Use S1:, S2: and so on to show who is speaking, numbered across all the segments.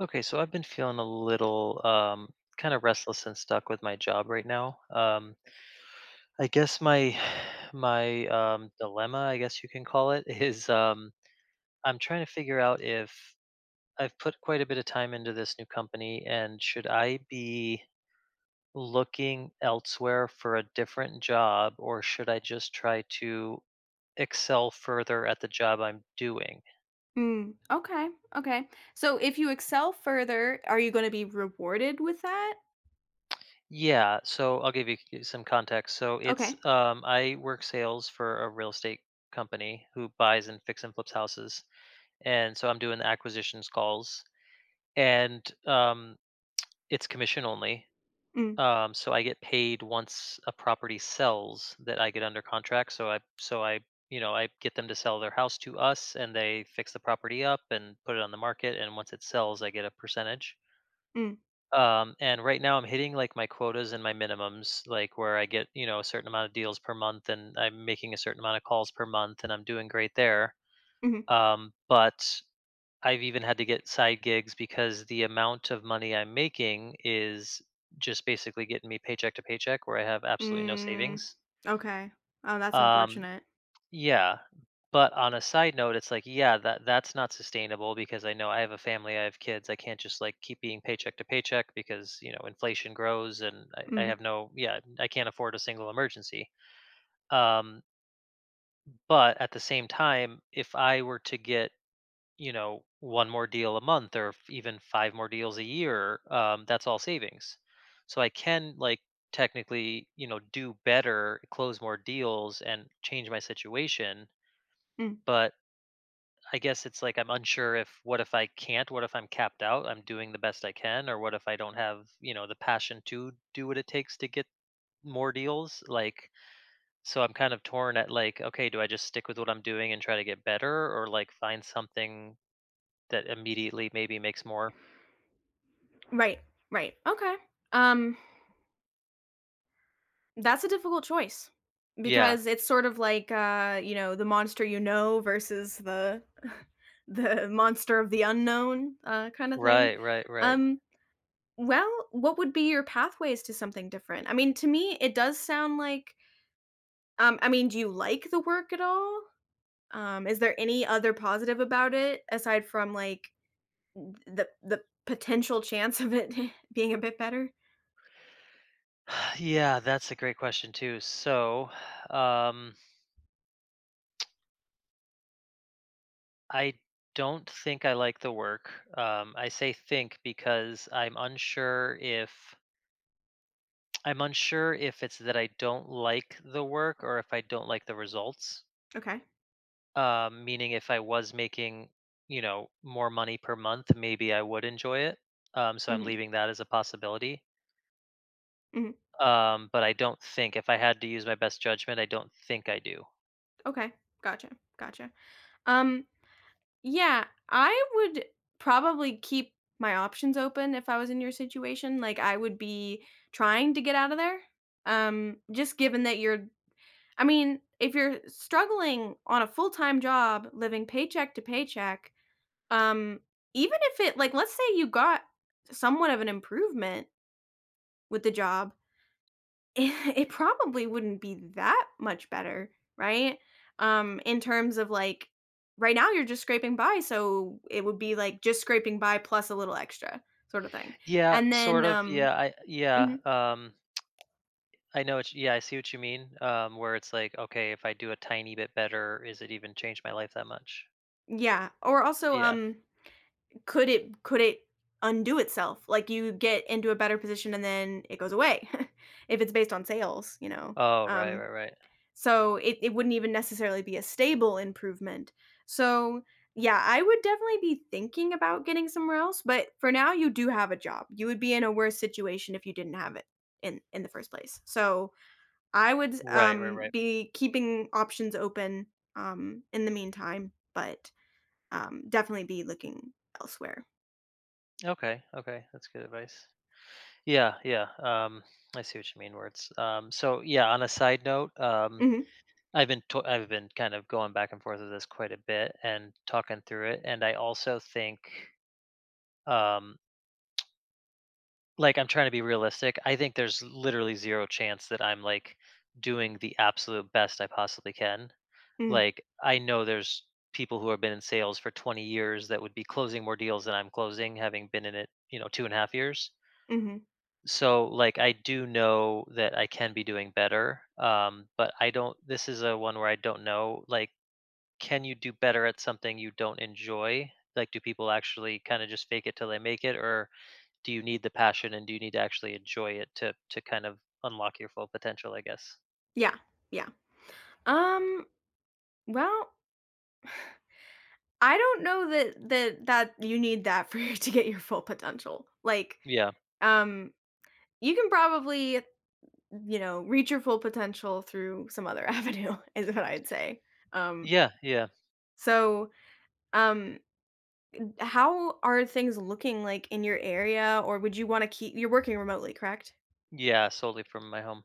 S1: Okay, so I've been feeling a little kind of restless and stuck with my job right now. I guess my my dilemma, I guess you can call it, is I'm trying to figure out if I've put quite a bit of time into this new company and should I be looking elsewhere for a different job or should I just try to excel further at the job I'm doing?
S2: Mm, okay, okay. So if you excel further, are you gonna be rewarded with that?
S1: Yeah, so I'll give you some context. So it's
S2: Okay.
S1: I work sales for a real estate company who buys and fix and flips houses, and so I'm doing the acquisitions calls, and it's commission only.
S2: Mm,
S1: So I get paid once a property sells that I get under contract. So I you know I get them to sell their house to us, and they fix the property up and put it on the market, and once it sells, I get a percentage.
S2: mm,
S1: And right now I'm hitting like my quotas and my minimums, like where I get, you know, a certain amount of deals per month and I'm making a certain amount of calls per month and I'm doing great there.
S2: mhm,
S1: But I've even had to get side gigs because the amount of money I'm making is just basically getting me paycheck to paycheck where I have absolutely no
S2: mm.
S1: savings.
S2: Okay. Oh, that's
S1: Um,
S2: unfortunate.
S1: yeah, but on a side note, it's like, yeah, that's not sustainable because I know I have a family, I have kids. I can't just like keep being paycheck to paycheck because you know inflation grows, and I
S2: Mm,
S1: have no, yeah, I can't afford a single emergency. Um, but at the same time, if I were to get you know one more deal a month or even five more deals a year, that's all savings. So I can like technically you know do better, close more deals, and change my situation,
S2: mm.
S1: but I guess it's like I'm unsure if what if I can't? What if I'm capped out? I'm doing the best I can, or what if I don't have, you know, the passion to do what it takes to get more deals? Like, so I'm kind of torn at like, okay, do I just stick with what I'm doing and try to get better, or like find something that immediately maybe makes more?
S2: Right, right. Okay. Um, that's a difficult choice
S1: Yeah,
S2: because it's sort of like, you know, the monster you know versus the the monster of the unknown, kind of thing.
S1: right, right, right.
S2: Um, well, what would be your pathways to something different? I mean, to me, it does sound like. I mean, do you like the work at all? Is there any other positive about it aside from, like, th the potential chance of it being a bit better?
S1: Yeah, that's a great question too. So, um, I don't think I like the work. I say think because I'm unsure if it's that I don't like the work or if I don't like the results.
S2: Okay.
S1: Meaning, if I was making, you know, more money per month, maybe I would enjoy it. So I'm
S2: Mhm,
S1: leaving that as a possibility.
S2: mhm.
S1: But I don't think, if I had to use my best judgment, I don't think I do.
S2: Okay. Gotcha, gotcha. Um, yeah, I would probably keep my options open if I was in your situation, like, I would be trying to get out of there, just given that you're. I mean, if you're struggling on a full-time job living paycheck to paycheck. Um, Even if it like, let's say you got somewhat of an improvement with the job, it probably wouldn't be that much better, right? In terms of like, right now you're just scraping by, so it would be like just scraping by plus a little extra sort of thing.
S1: Yeah,
S2: And
S1: sort
S2: then,
S1: of. Yeah.
S2: mhm,
S1: I know. It's, yeah, I see what you mean. Where it's like, okay, if I do a tiny bit better, is it even change my life that much?
S2: yeah, or also,
S1: Yeah.
S2: could it undo itself? Like you get into a better position and then it goes away if it's based on sales, you know.
S1: Oh, right,
S2: Um,
S1: right, right,
S2: So it wouldn't even necessarily be a stable improvement. So yeah, I would definitely be thinking about getting somewhere else, but for now you do have a job. You would be in a worse situation if you didn't have it in the first place. So I would
S1: right, right, right.
S2: be keeping options open in the meantime, but definitely be looking elsewhere.
S1: Okay, okay, that's good advice. Yeah, yeah. I see what you mean. Where it's so yeah. On a side note,
S2: Mhm.
S1: I've been kind of going back and forth with this quite a bit and talking through it, and I also think um, like I'm trying to be realistic. I think there's literally zero chance that I'm like doing the absolute best I possibly can.
S2: Mhm.
S1: Like I know there's people who have been in sales for 20 years that would be closing more deals than I'm closing, having been in it, you know, 2.5 years.
S2: Mhm.
S1: So, like, I do know that I can be doing better, but I don't, this is a one where I don't know, like, can you do better at something you don't enjoy? Like, do people actually kinda just fake it till they make it, or do you need the passion and do you need to actually enjoy it to kind of unlock your full potential, I guess?
S2: Yeah. Yeah. Um well, I don't know that that you need that for you to get your full potential. Like,
S1: Yeah.
S2: um, you can probably, you know, reach your full potential through some other avenue is what I'd say. Um,
S1: Yeah, yeah.
S2: so, um, how are things looking like in your area, or would you wanna keep you're working remotely, correct?
S1: Yeah, solely from my home.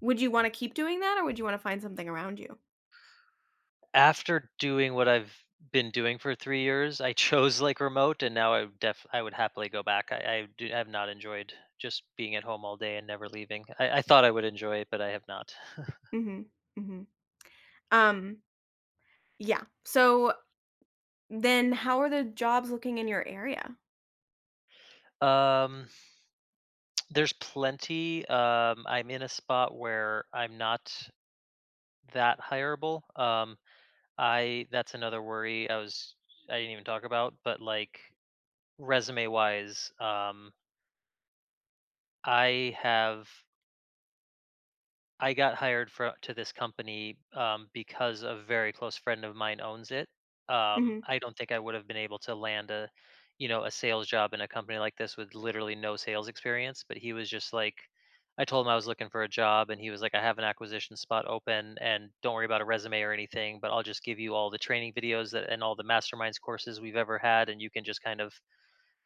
S2: Would you wanna keep doing that or would you wanna find something around you?
S1: After doing what I've been doing for 3 years, I chose, like, remote, and now I would def I would happily go back. I do have not enjoyed just being at home all day and never leaving. I thought I would enjoy it, but I have not.
S2: Mhm, mhm. Um, yeah. So, then how are the jobs looking in your area?
S1: Um, there's plenty. I'm in a spot where I'm not that hireable. I that's another worry I was I didn't even talk about, but, like, resume-wise, I have I got hired for to this company because a very close friend of mine owns it.
S2: Mhm,
S1: I don't think I would have been able to land a, you know, a sales job in a company like this with literally no sales experience. But he was just like, I told him I was looking for a job, and he was like, I have an acquisition spot open, and don't worry about a resume or anything, but I'll just give you all the training videos that and all the masterminds courses we've ever had, and you can just kind of,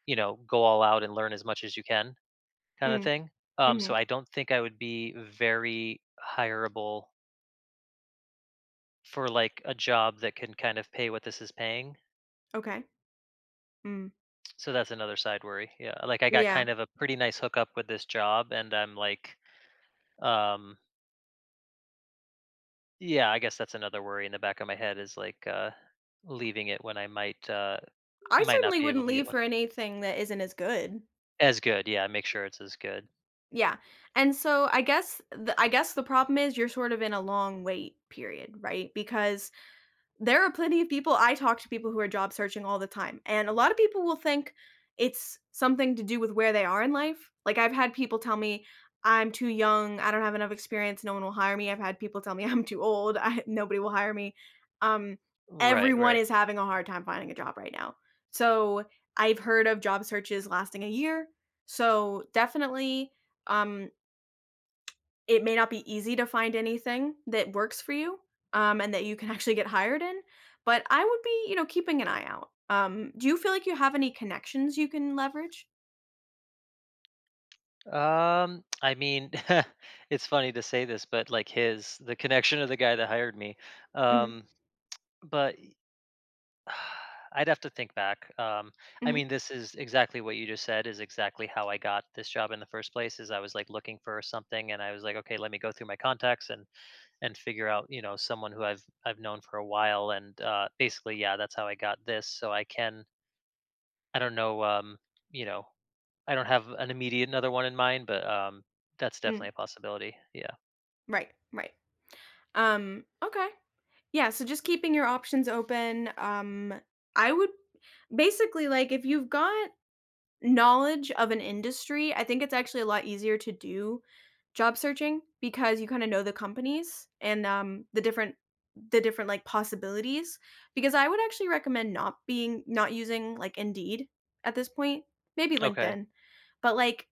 S1: you know, go all out and learn as much as you can kind of
S2: mm,
S1: thing. So
S2: mhm,
S1: I don't think I would be very hireable for like a job that can kind of pay what this is paying.
S2: okay, mm,
S1: So that's another side worry. Yeah, like I got
S2: yeah.
S1: kind of a pretty nice hookup with this job, and I'm like, um, yeah, I guess that's another worry in the back of my head is like leaving it when I
S2: I
S1: might not
S2: certainly
S1: be able
S2: wouldn't
S1: to get
S2: leave
S1: one
S2: for anything that isn't as good.
S1: as good. Yeah, make sure it's as good.
S2: Yeah, and so I guess the problem is you're sort of in a long wait period, right? Because there are plenty of people I talk to people who are job searching all the time, and a lot of people will think it's something to do with where they are in life. Like, I've had people tell me, "I'm too young, I don't have enough experience, no one will hire me." I've had people tell me, "I'm too old, I nobody will hire me." Um,
S1: Right,
S2: Everyone
S1: right.
S2: is having a hard time finding a job right now. So, I've heard of job searches lasting a year, so definitely, um, it may not be easy to find anything that works for you, and that you can actually get hired in, but I would be, you know, keeping an eye out. Do you feel like you have any connections you can leverage?
S1: I mean, it's funny to say this, but like his the connection of the guy that hired me.
S2: Mhm,
S1: Um, But I'd have to think back. I
S2: mhm,
S1: mean, this is exactly what you just said is exactly how I got this job in the first place, is I was like looking for something and I was like, okay, let me go through my contacts and figure out, you know, someone who I've known for a while and basically yeah, that's how I got this. So I can I don't know you know, I don't have an immediate another one in mind, but that's
S2: mm,
S1: definitely a possibility. Yeah.
S2: right, right. Okay. Yeah, so just keeping your options open, I would basically, like, if you've got knowledge of an industry, I think it's actually a lot easier to do job searching because you kinda know the companies and, the different like, possibilities, because I would actually recommend not using, like, Indeed at this point, maybe
S1: Okay.
S2: LinkedIn, but, like,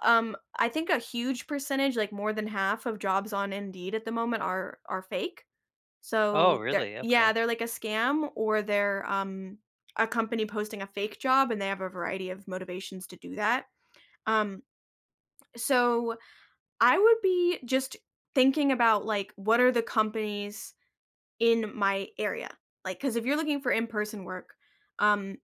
S2: I think a huge percentage, like, more than half of jobs on Indeed at the moment are fake.
S1: Oh,
S2: So they're
S1: really?
S2: yeah,
S1: Okay.
S2: they're like a scam, or they're, a company posting a fake job, and they have a variety of motivations to do that. Um, so I would be just thinking about, like, what are the companies in my area? Like, because if you're looking for in-person work, um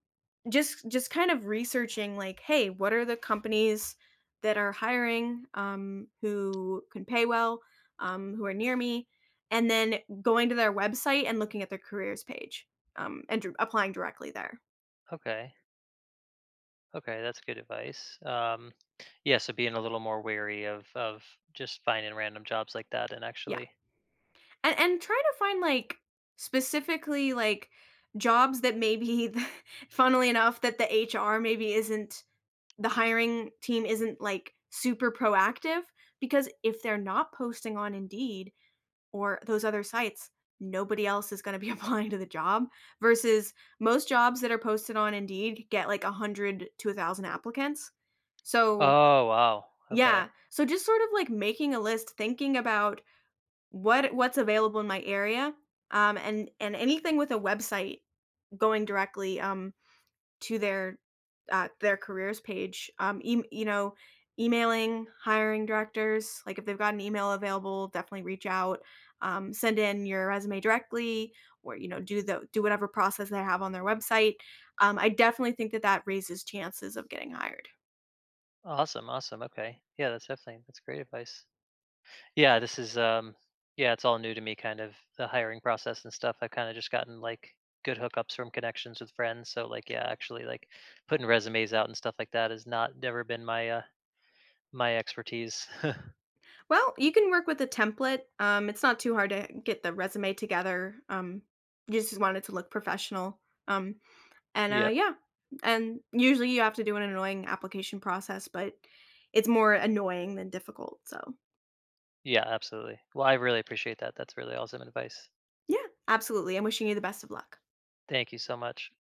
S2: just kind of researching like hey, what are the companies that are hiring, who can pay well, who are near me, and then going to their website and looking at their careers page, applying directly there.
S1: Okay. Okay, that's good advice. Yeah, so being a little more wary of just finding random jobs like that and
S2: Yeah,
S1: actually.
S2: and trying to find like specifically like jobs that maybe funnily enough that the hr maybe isn't, the hiring team isn't like super proactive, because if they're not posting on indeed or those other sites, nobody else is going to be applying to the job, versus most jobs that are posted on Indeed get like 100 to 1,000 applicants. So,
S1: Oh wow. Okay.
S2: yeah. So just sort of like making a list, thinking about what's available in my area, and anything with a website going directly to their careers page. You know, emailing hiring directors, like if they've got an email available, definitely reach out. Send in your resume directly, or you know, do whatever process they have on their website. I definitely think that that raises chances of getting hired.
S1: Awesome. Awesome. Okay. Yeah, that's definitely that's great advice. Yeah, this is yeah, it's all new to me kind of the hiring process and stuff. I've kind of just gotten like good hookups from connections with friends. So like yeah, actually like putting resumes out and stuff like that has not never been my my expertise.
S2: Well, you can work with a template. It's not too hard to get the resume together. You just want it to look professional. Um,
S1: Yep.
S2: yeah, and usually you have to do an annoying application process, but it's more annoying than difficult, so,
S1: Yeah, absolutely. Well, I really appreciate that. That's really awesome advice.
S2: yeah, absolutely, I'm wishing you the best of luck.
S1: Thank you so much.